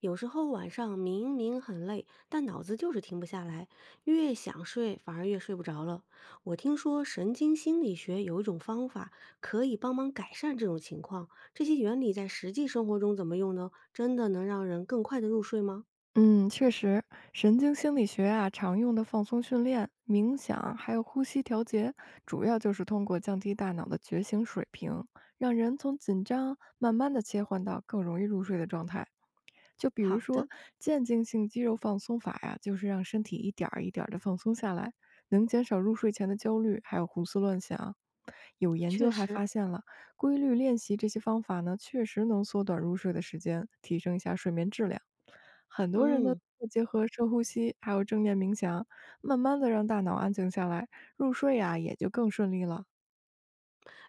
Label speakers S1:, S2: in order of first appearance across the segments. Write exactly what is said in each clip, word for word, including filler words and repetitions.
S1: 有时候晚上明明很累，但脑子就是停不下来，越想睡反而越睡不着了。我听说神经心理学有一种方法可以帮忙改善这种情况，这些原理在实际生活中怎么用呢？真的能让人更快的入睡吗？
S2: 嗯，确实，神经心理学啊，常用的放松训练、冥想，还有呼吸调节，主要就是通过降低大脑的觉醒水平，让人从紧张慢慢的切换到更容易入睡的状态。就比如
S1: 好
S2: 说
S1: 的，
S2: 渐进性肌肉放松法呀、就是让身体一点儿一点的放松下来，能减少入睡前的焦虑，还有胡思乱想。有研
S1: 确
S2: 究还
S1: 实，
S2: 发现了，规律练习这些方法呢，确实能缩短入睡的时间，提升一下睡眠质量。很多人呢
S1: 嗯。
S2: 会结合深呼吸，还有正念冥想，慢慢的让大脑安静下来，入睡呀、也就更顺利了。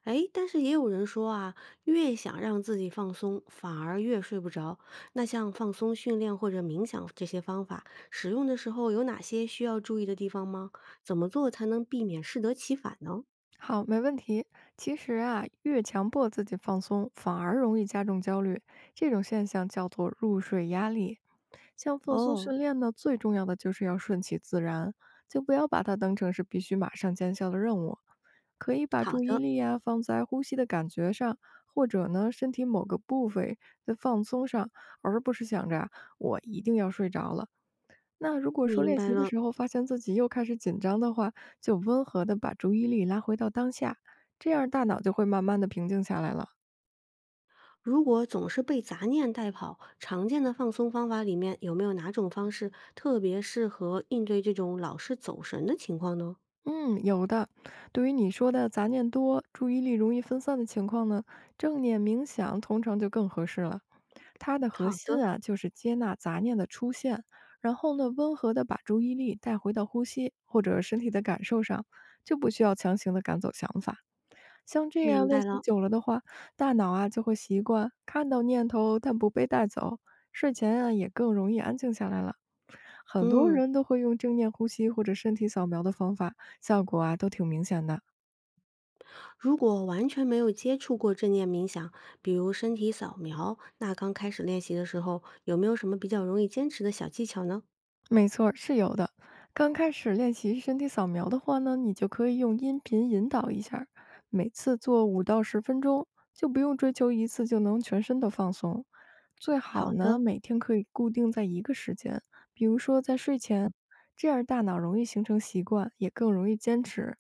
S1: 诶，但是也有人说啊，越想让自己放松，反而越睡不着。那像放松训练或者冥想这些方法，使用的时候有哪些需要注意的地方吗？怎么做才能避免适得其反呢？
S2: 好，没问题。其实啊，越强迫自己放松，反而容易加重焦虑。这种现象叫做入睡压力。像放松
S1: 哦，
S2: 训练呢，最重要的就是要顺其自然，就不要把它当成是必须马上见效的任务。可以把
S1: 好
S2: 注意
S1: 的，
S2: 力啊放在呼吸的感觉上，或者呢身体某个部位的放松上，而不是想着啊我一定要睡着了。那如果说
S1: 明
S2: 练
S1: 白
S2: 习的
S1: 了。
S2: 时候发现自己又开始紧张的话，就温和的把注意力拉回到当下，这样大脑就会慢慢的平静下来了。
S1: 如果总是被杂念带跑，常见的放松方法里面有没有哪种方式特别适合应对这种老是走神的情况呢？
S2: 嗯，有的。对于你说的杂念多、注意力容易分散的情况呢，正念冥想通常就更合适了。它的核
S1: 好的，
S2: 心啊，就是接纳杂念的出现，然后呢，温和的把注意力带回到呼吸或者身体的感受上，就不需要强行的赶走想法。像这样
S1: 明白
S2: 练习
S1: 了。
S2: 久了的话，大脑啊就会习惯看到念头但不被带走，睡前啊也更容易安静下来了。很多
S1: 嗯。
S2: 人都会用正念呼吸或者身体扫描的方法，效果啊都挺明显的。
S1: 如果完全没有接触过正念冥想，比如身体扫描，那刚开始练习的时候，有没有什么比较容易坚持的小技巧呢？
S2: 没错儿是有的。刚开始练习身体扫描的话呢，你就可以用音频引导一下儿每次做五到十分钟，就不用追求一次就能全身的放松。最好
S1: 好
S2: 嗯呢，
S1: 的，
S2: 每天可以固定在一个时间，比如说在睡前，这样大脑容易形成习惯，也更容易坚持。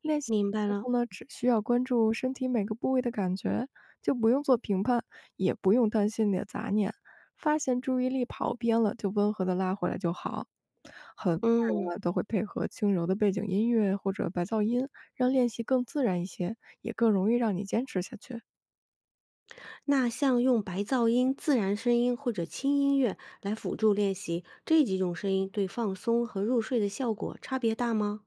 S2: 练习
S1: 明白
S2: 的时
S1: 了。
S2: 候呢，只需要关注身体每个部位的感觉，就不用做评判，也不用担心你的杂念。发现注意力跑偏了，就温和的拉回来就好。很多
S1: 嗯，
S2: 人啊都会配合轻柔的背景音乐或者白噪音，让练习更自然一些，也更容易让你坚持下去。
S1: 那像用白噪音、自然声音或者轻音乐来辅助练习，这几种声音对放松和入睡的效果差别大吗？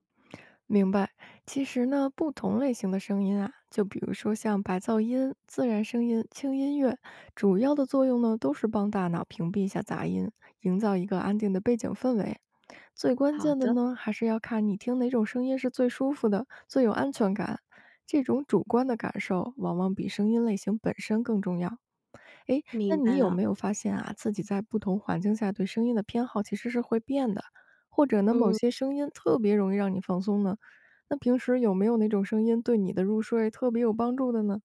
S2: 明白，其实呢，不同类型的声音啊，就比如说像白噪音、自然声音、轻音乐，主要的作用呢，都是帮大脑屏蔽一下杂音，营造一个安定的背景氛围。最关
S1: 好
S2: 键的
S1: 的，
S2: 呢，还是要看你听哪种声音是最舒服的、最有安全感。这种主观的感受，往往比声音类型本身更重要。诶，那
S1: 明白
S2: 你有
S1: 了。
S2: 没有发现啊，自己在不同环境下对声音的偏好其实是会变的，或者呢，某
S1: 嗯。
S2: 些声音特别容易让你放松呢？那平时有没有哪种声音对你的入睡特别有帮助的呢？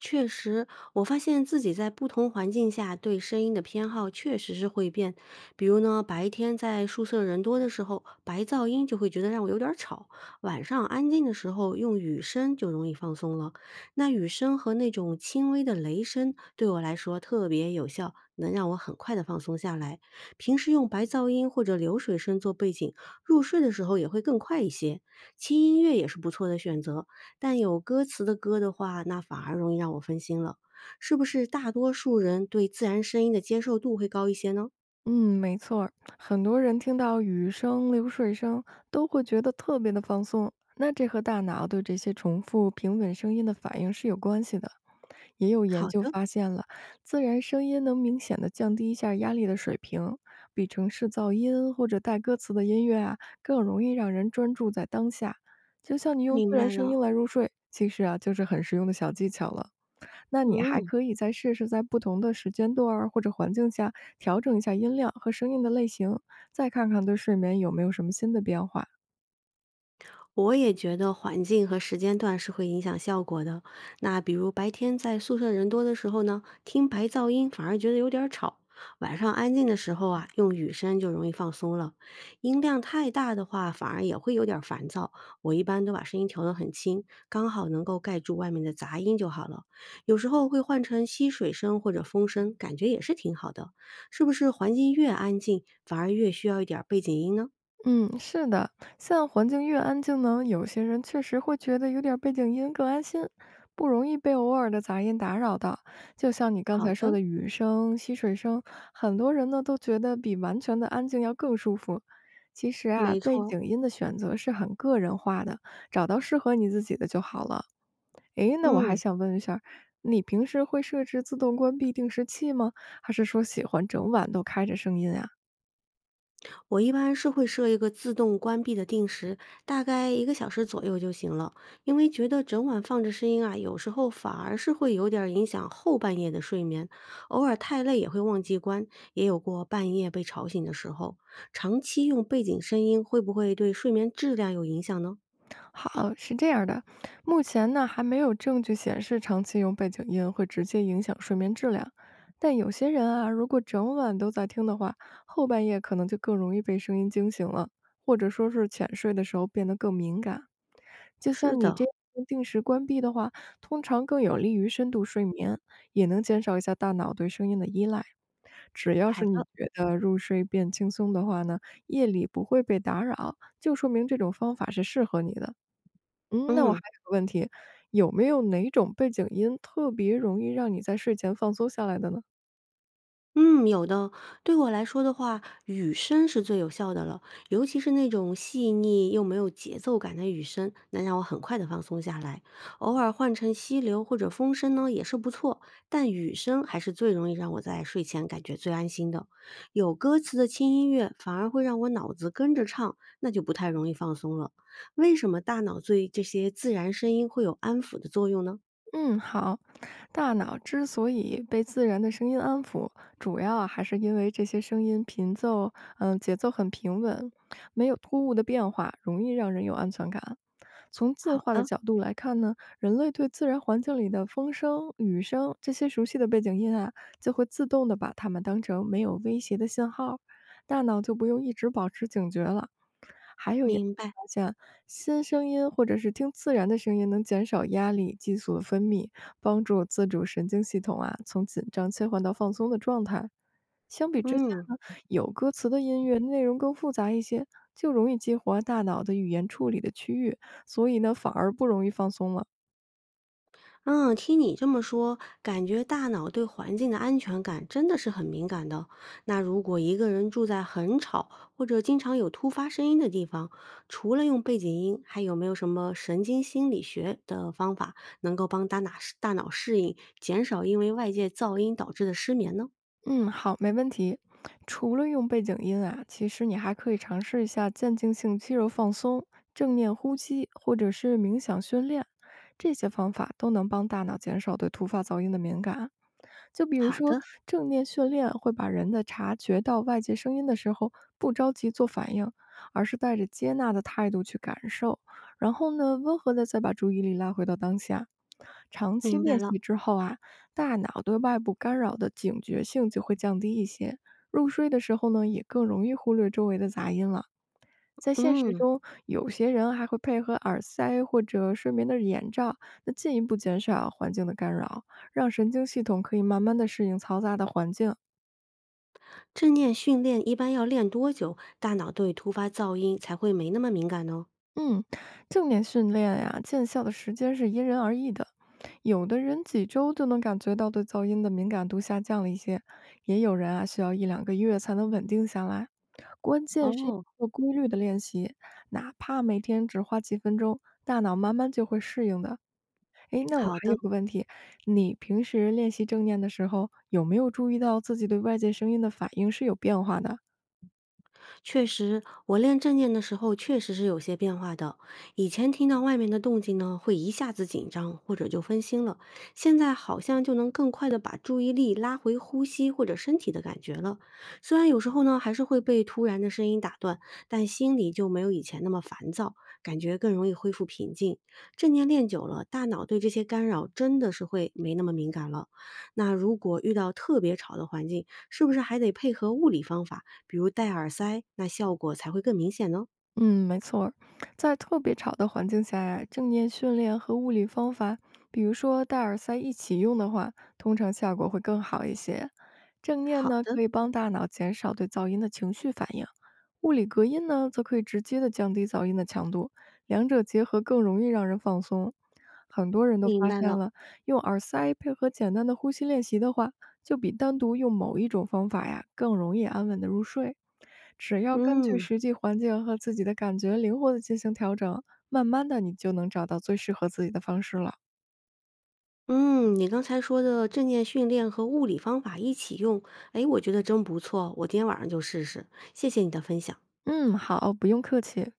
S1: 确实，我发现自己在不同环境下对声音的偏好确实是会变。比如呢，白天在宿舍人多的时候，白噪音就会觉得让我有点儿吵；晚上安静的时候，用雨声就容易放松了。那雨声和那种轻微的雷声对我来说特别有效，能让我很快的放松下来。平时用白噪音或者流水声做背景，入睡的时候也会更快一些。轻音乐也是不错的选择，但有歌词的歌的话，那反而容易让我分心了。是不是大多数人对自然声音的接受度会高一些呢？
S2: 嗯，没错儿，很多人听到雨声、流水声都会觉得特别的放松，那这和大脑对这些重复平稳声音的反应是有关系的。也有研
S1: 好
S2: 究
S1: 的，
S2: 发现了，自然声音能明显的降低一下压力的水平，比城市噪音或者带歌词的音乐啊，更容易让人专注在当下。就像你用自
S1: 明
S2: 然
S1: 白
S2: 声
S1: 了。
S2: 音来入睡，其实啊，就是很实用的小技巧了。那你还
S1: 嗯。
S2: 可以再试试在不同的时间段儿或者环境下调整一下音量和声音的类型，再看看对睡眠有没有什么新的变化。
S1: 我也觉得环境和时间段是会影响效果的。那比如白天在宿舍人多的时候呢，听白噪音反而觉得有点儿吵；晚上安静的时候啊，用雨声就容易放松了。音量太大的话，反而也会有点儿烦躁。我一般都把声音调得很轻，刚好能够盖住外面的杂音就好了。有时候会换成溪水声或者风声，感觉也是挺好的。是不是环境越安静，反而越需要一点儿背景音呢？
S2: 嗯，是的，像环境越安静呢，有些人确实会觉得有点儿背景音更安心，不容易被偶尔的杂音打扰到。就像你刚
S1: 好
S2: 才说
S1: 的，
S2: 的雨声、溪水声，很多人呢都觉得比完全的安静要更舒服。其实啊，
S1: 没
S2: 背
S1: 错，
S2: 景音的选择是很个人化的，找到适合你自己的就好了。诶，那我还
S1: 嗯。
S2: 想问一下儿你平时会设置自动关闭定时器吗？还是说喜欢整晚都开着声音啊？
S1: 我一般是会设一个自动关闭的定时，大概一个小时左右就行了，因为觉得整晚放着声音啊，有时候反而是会有点儿影响后半夜的睡眠。偶尔太累也会忘记关，也有过半夜被吵醒的时候。长期用背景声音会不会对睡眠质量有影响呢？
S2: 好，是这样的，目前呢还没有证据显示长期用背景音会直接影响睡眠质量，但有些人啊，如果整晚都在听的话，后半夜可能就更容易被声音惊醒了，或者说是浅睡的时候变得更敏感。就
S1: 是
S2: 像你
S1: 的，
S2: 这样定时关闭的话，通常更有利于深度睡眠，也能减少一下大脑对声音的依赖。只要
S1: 好
S2: 是你
S1: 的，
S2: 觉得入睡变轻松的话呢，夜里不会被打扰，就说明这种方法是适合你的。嗯，那我还
S1: 嗯。
S2: 有个问题，有没有哪种背景音特别容易让你在睡前放松下来的呢？
S1: 嗯，有的。对我来说的话，雨声是最有效的了，尤其是那种细腻又没有节奏感的雨声，能让我很快的放松下来。偶尔换成溪流或者风声呢，也是不错，但雨声还是最容易让我在睡前感觉最安心的。有歌词的轻音乐反而会让我脑子跟着唱，那就不太容易放松了。为什么大脑对这些自然声音会有安抚的作用呢？
S2: 嗯，好。大脑之所以被自然的声音安抚，主要啊还是因为这些声音频奏，嗯，节奏很平稳，没有突兀的变化，容易让人有安全感。从进
S1: 好
S2: 化的
S1: 的，
S2: 角度来看呢，人类对自然环境里的风声、雨声这些熟悉的背景音啊，就会自动的把它们当成没有威胁的信号，大脑就不用一直保持警觉了。还有研究
S1: 明白。
S2: 发现，新声音或者是听自然的声音能减少压力激素的分泌，帮助自主神经系统啊从紧张切换到放松的状态。相比之下
S1: 嗯。
S2: 呢，有歌词的音乐内容更复杂一些，就容易激活大脑的语言处理的区域，所以呢反而不容易放松了。
S1: 嗯，听你这么说，感觉大脑对环境的安全感真的是很敏感的。那如果一个人住在很吵或者经常有突发声音的地方，除了用背景音，还有没有什么神经心理学的方法能够帮大脑大脑适应，减少因为外界噪音导致的失眠呢？
S2: 嗯，好，没问题。除了用背景音啊，其实你还可以尝试一下渐进性肌肉放松、正念呼吸，或者是冥想训练，这些方法都能帮大脑减少对突发噪音的敏感。就比如
S1: 好
S2: 说
S1: 的，
S2: 正念训练会把人的察觉到外界声音的时候，不着急做反应，而是带着接纳的态度去感受，然后呢，温和的再把注意力拉回到当下。长期
S1: 明白
S2: 练
S1: 了。
S2: 习之后啊，大脑对外部干扰的警觉性就会降低一些，入睡的时候呢，也更容易忽略周围的杂音了。在现实
S1: 嗯，
S2: 中，有些人还会配合耳塞或者睡眠的眼罩，那进一步减少环境的干扰，让神经系统可以慢慢的适应嘈杂的环境。
S1: 正念训练一般要练多久，大脑对突发噪音才会没那么敏感呢？
S2: 嗯，正念训练呀，见效的时间是因人而异的。有的人几周就能感觉到对噪音的敏感度下降了一些，也有人啊需要一两个月才能稳定下来。关键是
S1: 哦，
S2: 做规律的练习，哪怕每天只花几分钟，大脑慢慢就会适应的。诶，那我
S1: 好
S2: 还有
S1: 的。
S2: 个问题，你平时练习正念的时候，有没有注意到自己对外界声音的反应是有变化的？
S1: 确实，我练正念的时候确实是有些变化的。以前听到外面的动静呢，会一下子紧张或者就分心了，现在好像就能更快的把注意力拉回呼吸或者身体的感觉了。虽然有时候呢还是会被突然的声音打断，但心里就没有以前那么烦躁，感觉更容易恢复平静。正念练久了，大脑对这些干扰真的是会没那么敏感了。那如果遇到特别吵的环境，是不是还得配合物理方法？比如戴耳塞，那效果才会更明显呢。
S2: 嗯，没错儿在特别吵的环境下呀，正念训练和物理方法，比如说戴耳塞一起用的话，通常效果会更好一些。正念
S1: 好
S2: 呢，
S1: 的，
S2: 可以帮大脑减少对噪音的情绪反应；物理隔音呢，则可以直接的降低噪音的强度，两者结合更容易让人放松。很多人都
S1: 明
S2: 发
S1: 白
S2: 现
S1: 了。
S2: 了，用耳塞配合简单的呼吸练习的话，就比单独用某一种方法呀更容易安稳的入睡。只要根据
S1: 嗯
S2: 实际环境和自己的感觉灵活的进行调整，慢慢的你就能找到最适合自己的方式了。
S1: 嗯，你刚才说的正念训练和物理方法一起用，哎，我觉得真不错，我今天晚上就试试。谢谢你的分享。
S2: 嗯，好，不用客气。